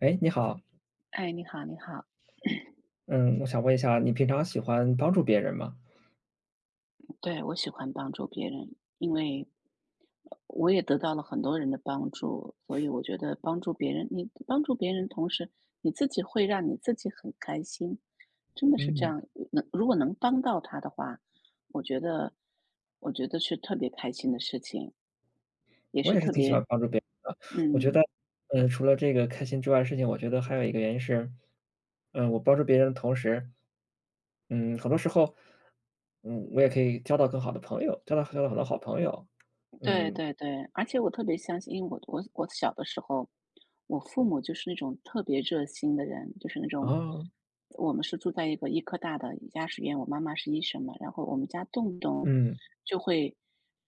哎，你好。哎，你好，你好。嗯，我想问一下，你平常喜欢帮助别人吗？对，我喜欢帮助别人，因为我也得到了很多人的帮助，所以我觉得帮助别人，你帮助别人，同时你自己会让你自己很开心，真的是这嗯。样。如果能帮到他的话，我觉得，我觉得是特别开心的事情，也我是也是特挺喜别，欢帮助别人的。我觉得，嗯。除了这个开心之外的事情，我觉得还有一个原因是，我帮助别人的同时，嗯，很多时候，我也可以交到更好的朋友，交到很多好朋友。对嗯。对对，而且我特别相信，因为我小的时候，我父母就是那种特别热心的人，就是那种啊。我们是住在一个医科大的家属院，我妈妈是医生嘛，然后我们家动不动嗯。就会，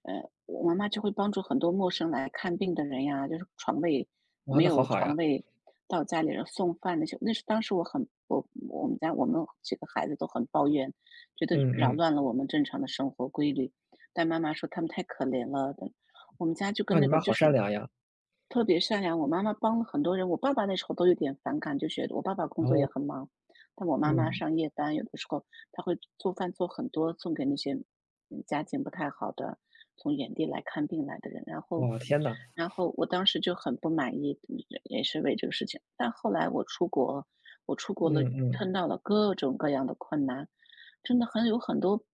呃，我妈妈就会帮助很多陌生来看病的人呀，就是哇，没那好有好呀。床位，到家里人送饭那些，那是当时我们家我们几个孩子都很抱怨，觉得嗯扰嗯。乱了我们正常的生活规律。但妈妈说他们太可怜了的。我们家就啊，跟你那个妈好就善是良呀。特别善良，我妈妈帮了很多人。我爸爸那时候都有点反感，就觉得我爸爸工然作也后。很忙，但我妈妈嗯。上夜班，有的时候她会做饭做很多，送给那些家境不太好的从远地来看病来的人。然后，哇，天呐。我当时就很不满意，也是为这个事情。但后来我出国嗯了，嗯。碰到了各种各样的困难。真的很多，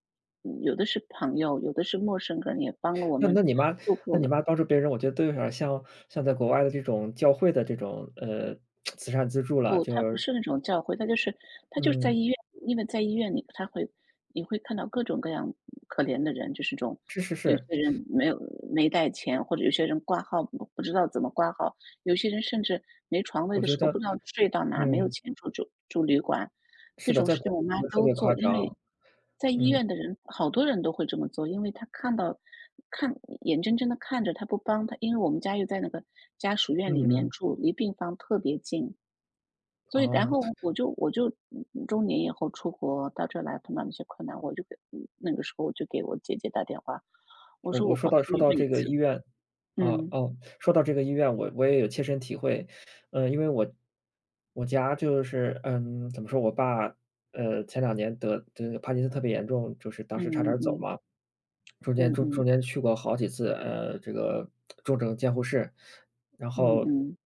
有的是朋友，有的是陌生人，也帮了我那们那你妈度那过你了。妈帮助别人，我觉得都有点儿像在国外的这种教会的这种，慈善资助了，不，就他不是。是那种教会，他就是，在嗯。医院，因为在医院里，你会看到各种各样可怜的人，就是这种是是有是。些人没带钱，或者有些人挂号不知道怎么挂号，有些人甚至没床位我的觉时候得。不知道睡到哪，没有嗯，钱住旅馆，是这的，种在事情国我妈内特都别夸做，因为张。在医嗯。院的人好多人都会这么做，因为他看眼睁睁的看着他不帮他，因为我们家又在那个家属院里面嗯。住，离病房特别近。所以然哦。后我就中年以后出国到这来碰到那些困难，我就给嗯那个时候我就给我姐姐打电话，我我说我说到我说到每这个医次院哦嗯哦，说到这个医院，我也有切身体会。因为我家就是，怎么说，我爸，前两年得帕金森特别严重，就是当时差点嗯儿走嗯嘛。中间嗯中嗯中间去过好几次，这个重症监护室，然嗯后，嗯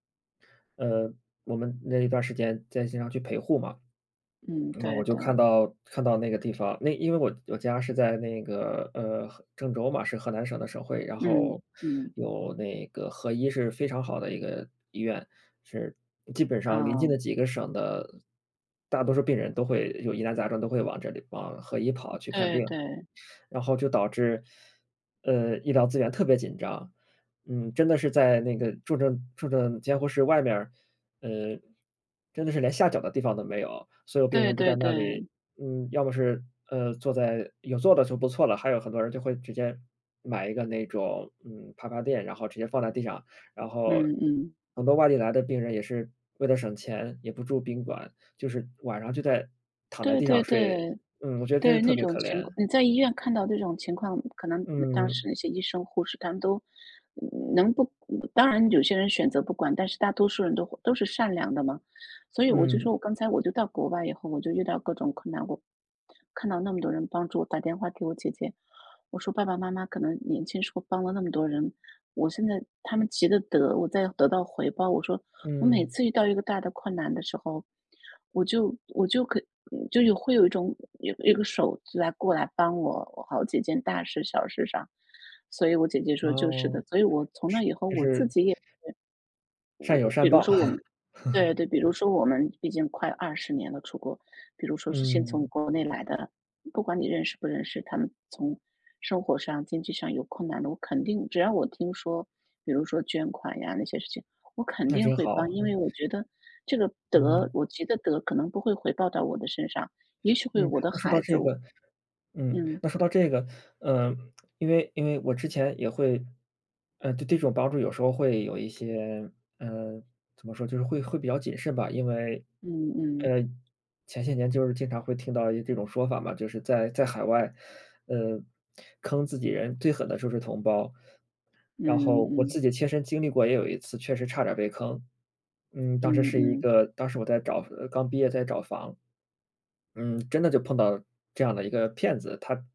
呃，我们那一段时间在经常去陪护嘛。嗯，那我对就看对，到看到那个地方，那因为我家是在那个，郑州嘛，是河南省的省会，然嗯后嗯，有那个河医是非常好的一个医院，是基本上啊，临近的几个省的大多数病人都会有疑难杂症，都会往这里往河医跑去看对病。对然后就导致，医疗资源特别紧张。真的是在那个重症监护室外面儿，呃，真的是连下脚的地方都没有，所有病对人都在对那里。对，要么是，坐在有坐的就不错了，还有很多人就会直接买一个那种，爬爬垫，然后直接放在地上。然后嗯嗯，很多外地来的病人也是为了省钱，也不住宾馆，就是晚上就在躺在对地对上睡。对我觉得真是对，特那别种可情怜。况，你在医院看到这种情况，可能当时嗯。那些医生护士他们都嗯能不，当然有些人选择不管，但是大多数人都是善良的嘛。所以我就嗯。说，我刚才我就到国外以后，我就遇到各种困难，我看到那么多人帮助我，打电话给我姐姐，我说爸爸妈妈可能年轻时候帮了那么多人，我现在他们急得我在得到回报。我说我每嗯。次遇到一个大的困难的时候，我就会有有一个手就来过来帮我好几件大事小事上。所以我姐姐说就是哦，的，所以我从那以后就我是自己也，善有我比善如报。说我们对 对，比如说我们毕竟快20年了出国，比如说是先从嗯，国内来的，不管你认识不认识，他们从生活上、经济上有困难的，我肯定只要我听说，比如说捐款呀那些事情，我肯那定真会帮。好。因为我觉得这个德，嗯。我觉得德可能不会回报到我的身上，也许会嗯，我的那说到孩子，这个嗯那说到这个，呃，因为我之前也会，对这种帮助有时候会有一些，呃，怎么说，就是会比较谨慎吧，因为，嗯嗯呃，前些年就是经常会听到一这种说法嘛，就是在海外，呃，坑自己人最狠的就是同胞，然嗯后我嗯自己切身经历过，也有一次确实差点被坑。当时嗯是一嗯个，当时我在找，刚毕业在找房。嗯，真的就碰到这样的一个骗子，他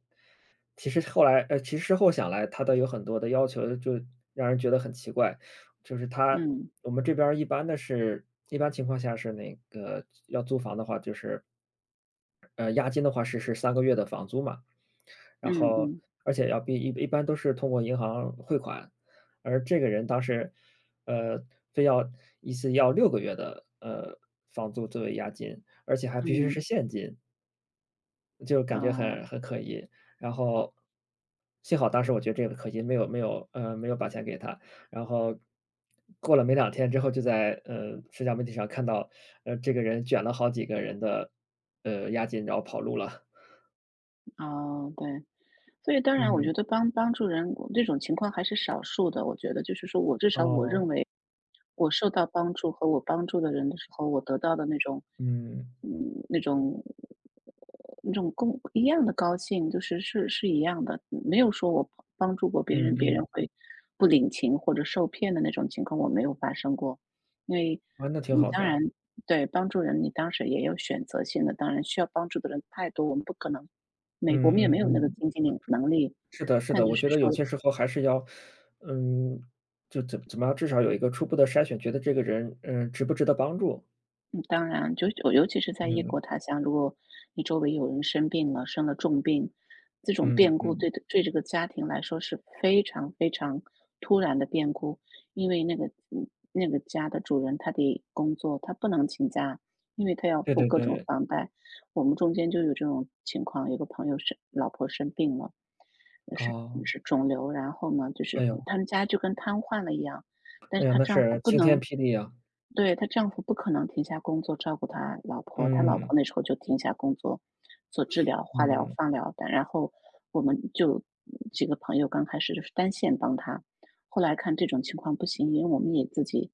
其实后来，其实事后想来，他的有很多的要求就让人觉得很奇怪。就是他，我们这边儿一般的是一般情况下是那个要租房的话，就是，押金的话是3个月的房租嘛，然嗯嗯后嗯而且要比一一般都是通过银行汇款，而这个人当时，呃，非要一次要6个月的，房租作为押金，而且还必须是嗯，现金。就感觉哦，很可疑。然后幸好当时我觉得这个可疑，没有把钱给他。然后过了没两天之后，就在，社交媒体上看到，这个人卷了好几个人的，押金，然后跑路了。哦，对。所以当然我嗯。觉得帮助人，这种情况还是少数的。我觉得就是说我至少我认哦。为，我受到帮助和我帮助的人的时候，我得到的那种，嗯。嗯，那种，共一样的高兴，就是一样的，没有说我帮助过别嗯人，别嗯。人会不领情或者受骗的那种情况，我没有发生过。因为啊，那挺你好当的。然对帮助人，你当时也有选择性的，当然需要帮助的人太多，我们不可能，美嗯国我们也嗯没有那个嗯，经济能力，是的是但的，就我是觉得有说，些时候还是要，嗯，就怎么样，至少有一个初步的筛选，觉得这个人，值不值得帮助。嗯，当然，就尤其是在异嗯。国他乡，如果你周围有人生病了，生了重病，这种嗯变故嗯。对这个家庭来说是非常非常突然的变故。因为那个家的主人他得工作，他不能请假，因为他要对付对各种对。房贷。我们中间就有这种情况，有个朋友是老婆生病了，呃是哦。是肿瘤，然后呢，就是哎呦。他们家就跟瘫痪了一样，但哎是呀，她那丈夫是不晴天能霹雳啊。对，她丈夫不可能停下工作照顾她老婆，她老婆嗯。那时候就停下工作，做治疗、化疗、嗯。放疗的。然后我们就，几个朋友刚开始就是单线帮她，后来看这种情况不行，因为我们也自己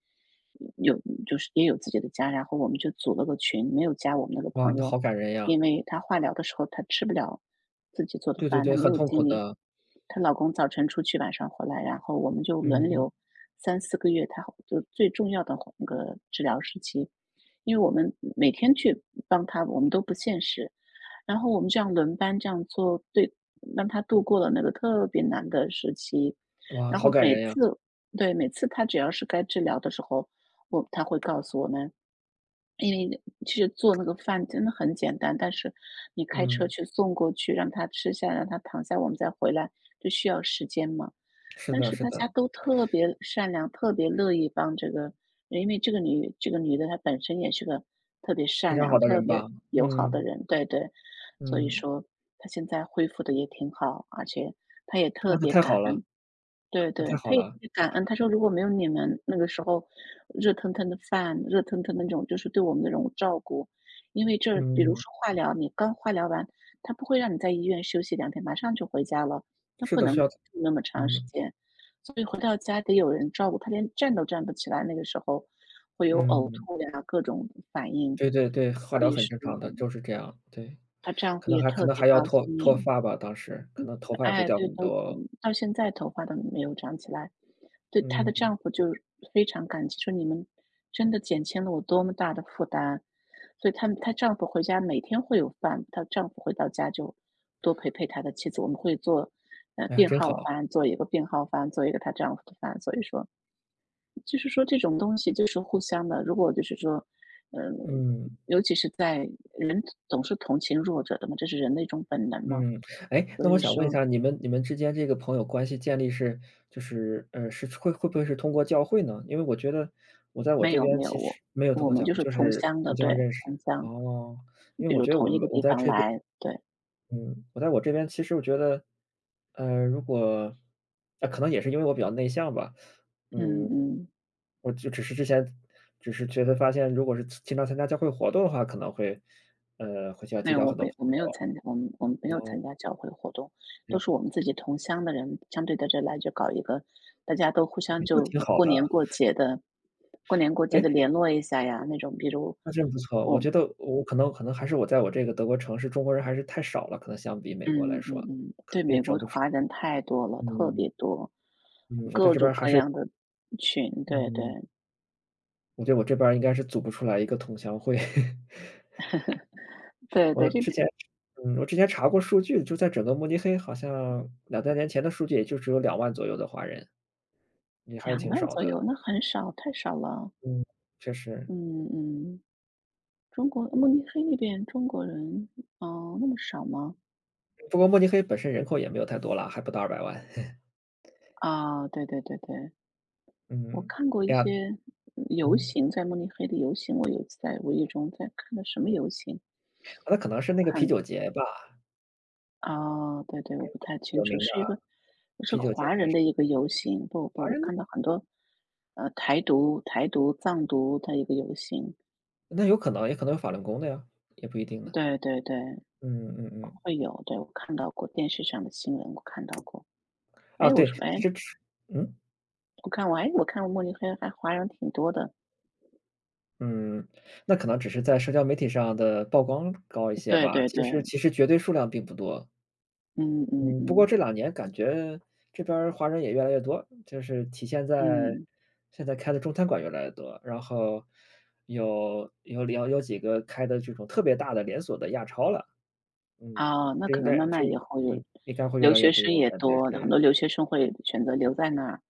有，也有自己的家，然后我们就组了个群，没有加我们那个哇，朋那友，好感人呀。因为她化疗的时候她吃不了自己做的对对饭，对，她没很有痛苦精力。的。她老公早晨出去，晚上回来，然后我们就轮嗯。流三四个月，她好就最重要的那个治疗时期，因为我们每天去帮她，我们都不现实。然后我们这样轮班这样做，对，让她度过了那个特别难的时期。哇，然好后感每人呀。次，对，每次她只要是该治疗的时候，她会告诉我们，因为其实做那个饭真的很简单，但是你开车嗯。去送过去，让他吃下，让他躺下，我们再回来，就需要时间嘛。是但的是是大的。家都特别善良，特别乐意帮这个，因为这个女的她本身也是个特别非善常良、好的特人别吧。友好的嗯。人，对对，所以嗯。说她现在恢复的也挺好，而且她也啊，特那别太好感了。恩，对那太对，好他也特了。别感恩，他说如果没有你们那个时候热腾腾的饭，热腾腾的那种就是对我们那种照顾，因为这比如嗯。说化疗，你刚化疗完，他不会让你在医院休息两天，马上就回家了，他是不的，能需住要。那么长时嗯。间，所以回到家得有人照顾，他连站都站不起来，那个时候会有呕嗯。吐呀，各种反应，对对对，化所疗以很说正常的，就是这样，对。她丈可夫能也还可特能别还高要脱脱兴。发吧，当时可能头发也会哎，掉对，很多。到现在头发都没有长起来。对，她的嗯。丈夫就非常感激，说你们真的减轻了我多么大的负担。所以她丈夫回家每天会有饭，她丈夫回到家就多陪陪她的妻子。我们会做，哎呀，病真号好。饭，做一个病号饭，做一个她丈夫的饭。所以说，就是说这种东西就是互相的。如果就是说，嗯，嗯。尤其是在人总是同情弱者的嘛，这是人的一种本能嘛。嗯，哎，那所我以想问一说下，你们之间这个朋友关系建立是就是，是会不会是通过教会呢？因为我觉得我在我没这有边没有，其我实没有通我过们教就会，是就同是乡互的，相对，认识。同乡，哦，因为比我如觉得同我一们个我地在方这边，来，对，嗯，我在我这边其实我觉得，如果，可能也是因为我比较内向吧。嗯嗯，嗯，我就只是之前只是觉得发现，如果是经常参加教会活动的话，可能会，会需要没结有，交我很多没朋我没有友。参加，我们没有哦，参加教会活动，这都样。是我们自己同乡的人，相对在这来就搞一个，大家都互哎相那就挺好过的。年过节的，过年过节的哎，联络一下呀，那种，比如那真不错。我我，觉得我可能还是我在我这个德国城市，中国人还是太少了，可能相比美国嗯来说，嗯嗯，可对，能也美整国不出。华人太多了，特嗯。别多，嗯，我在各这边种儿还各是，样的群，对对嗯，我觉得我这边儿应该是组不出来一个同乡会。对我对，这之边。前我之前查过数据，就在整个慕尼黑，好像两三年前的数据也就只有2万左右的华人，也还是两挺万少左的。右，那很少，太少了。嗯。确实。嗯嗯，中国慕尼黑那边中国人，哦，那么少吗？不过慕尼黑本身人口也没有太多了，还不到200万。啊，对对对对，我嗯。看过一哎呀。些游嗯，行，在慕尼黑的游行，我有一次在无意中看到什么游行，那可能是那个啤看酒节吧，啊，对对，我不太清有楚，名的。是一个是啤酒节应华该人是的一个游行，不华不，我人的？看到很多，台独、藏独的一个游行，那有可能，也可能有法轮功的呀，也不一定呢。对对对，嗯嗯嗯。会有，对，我看到过电视上的新闻，我看到过。啊，哎，我对，说，其哎，实吃。嗯？我看慕尼黑还华人挺多的，嗯，那可能只是在社交媒体上的曝光高一些对吧，对其对，实其实绝对数量并不多。嗯嗯嗯，不过嗯这两年感觉这边儿华人也越来越多，就是体现在嗯，现在开的中餐馆越来越多，然后有几个开的这种特别大的连锁的亚超了。嗯，啊，那这可应能该慢这慢以后就应应该会越留来越学生多，也感觉多，很是。多留学生会选择留在那儿，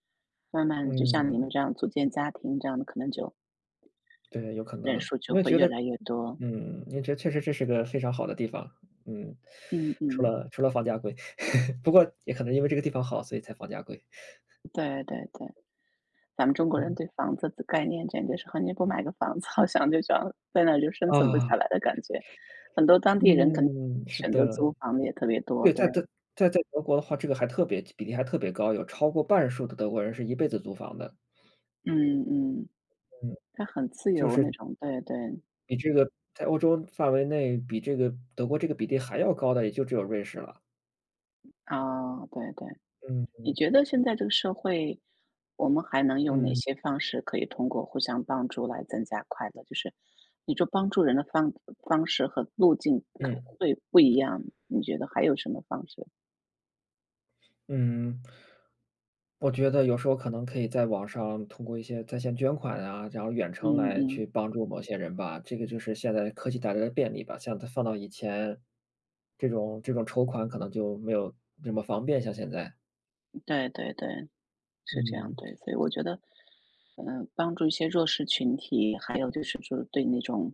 慢慢就像你嗯，们这样组建家庭这样的，可能就对，有可能。人数因就为会觉越得，来越多。也觉得确实这是个非常好的地方。嗯，嗯除嗯，了除了房价贵，不过也可能因为这个地方好，所以才房价贵。对对对，咱们中国人嗯。对房子的概念简直是和你不买个房子，好像就想在那儿就生存不啊。下来的感觉。很多当地人可能嗯，是选择的。租房的也特别多，对，对，在德在在德国的话，这个还特别比例还特别高，有超过半数的德国人是一辈子租房的。嗯嗯。嗯。他很自就由那是种，对对，比这个在欧洲范围内，比这个德国这个比例还要高的，也就只有瑞士了。啊，对对。嗯。你觉得现在这个社会，我们还能用哪嗯。些方式可以通过互相帮助来增加快乐？就是你说帮助人的方式和路径嗯。会不一样，你觉得还有什么方式？嗯，我觉得有时候可能可以在网上通过一些在线捐款啊，然后远程嗯来嗯，去帮助某些人吧。这个就是现在科技带来的便利吧，像它放到以前，这种这种筹款可能就没有这么方便，像现在。对对对。是这样，嗯对，所以我觉得，帮助一些弱势群体，还有就是说对那种，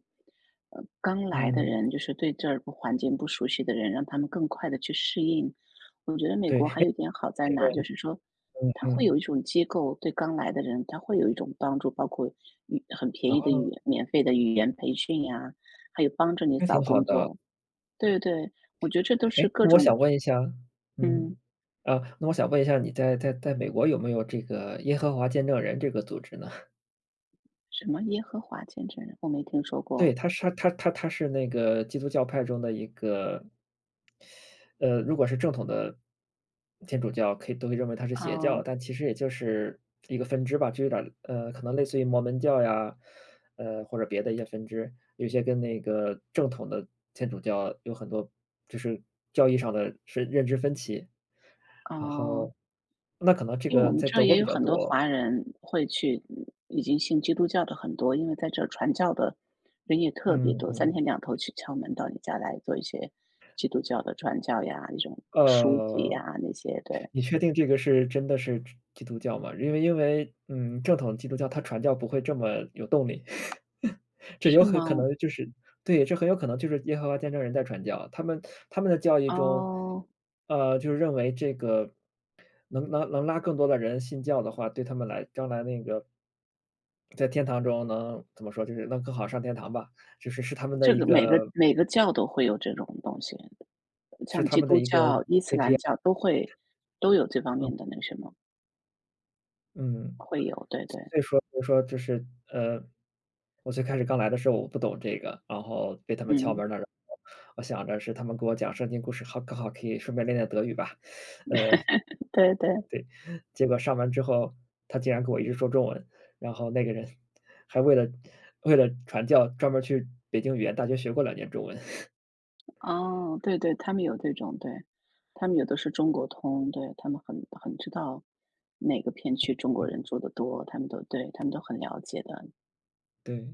刚来的嗯。人，就是对这儿不环境不熟悉的人，让他们更快的去适应。我觉得美对。国还哎。有一点好在哪儿就是说，它会嗯。有一种机构对刚来的人，他会有一种帮助，包括很便宜的语哦，言、免费的语言培训呀、还有帮着你那找挺好工的。作。对对，我觉得这都是哎，各那我种，想问一下。嗯，嗯，啊，那我想问一下，你在美国有没有这个耶和华见证人这个组织呢？什么耶和华见证人，我没听说对，过。他是他他他他是那个基督教派中的一个，如果是正统的天主教，可以都会认为它是邪教了，啊。但其实也就是一个分支吧，就有点儿，可能类似于摩门教呀，或者别的一些分支，有些跟那个正统的天主教有很多就是教义上的是认知分歧。然哦，后那可能这因为我个们在这儿德国也比有较很多多。华人会去已经信基督教的很多，因为在这儿传教的人也特别嗯多，三嗯。天两头去敲门到你家来做一些基督教的传教呀，那种书籍呃，呀，那些，对。你确定这个是真的是基督教吗？因为正统基督教它传教不会这么有动力。这有是吗？很可能就是。对，这很有可能就是耶和华见证人在传教。他们的教义中，哦，就是认为这个能拉更多的人信教的话，对他们来将来那个在天堂中能怎么说，就是能更好上天堂吧，就是他们的这一个每个个每个教都会有这种东西，是像他基们的督一个教、伊斯兰教都有这方面嗯的那什么，嗯。会有，对所对，以说所以说就是，呃，我最开始刚来的时候我不懂这个，然后被他们敲嗯，门了，然后我想着是他们给我讲圣经故事，好刚好可以顺便练练德语吧，呃，对对。对，结果上完之后，他竟然给我一直说中文，然后那个人还为了传教专门儿去北京语言大学学过两年中文，哦，对对，他们有这种，对，他们有的是中国通，对，他们很知道哪个片区中国人住的多，他们都对，他们都很了解的。对。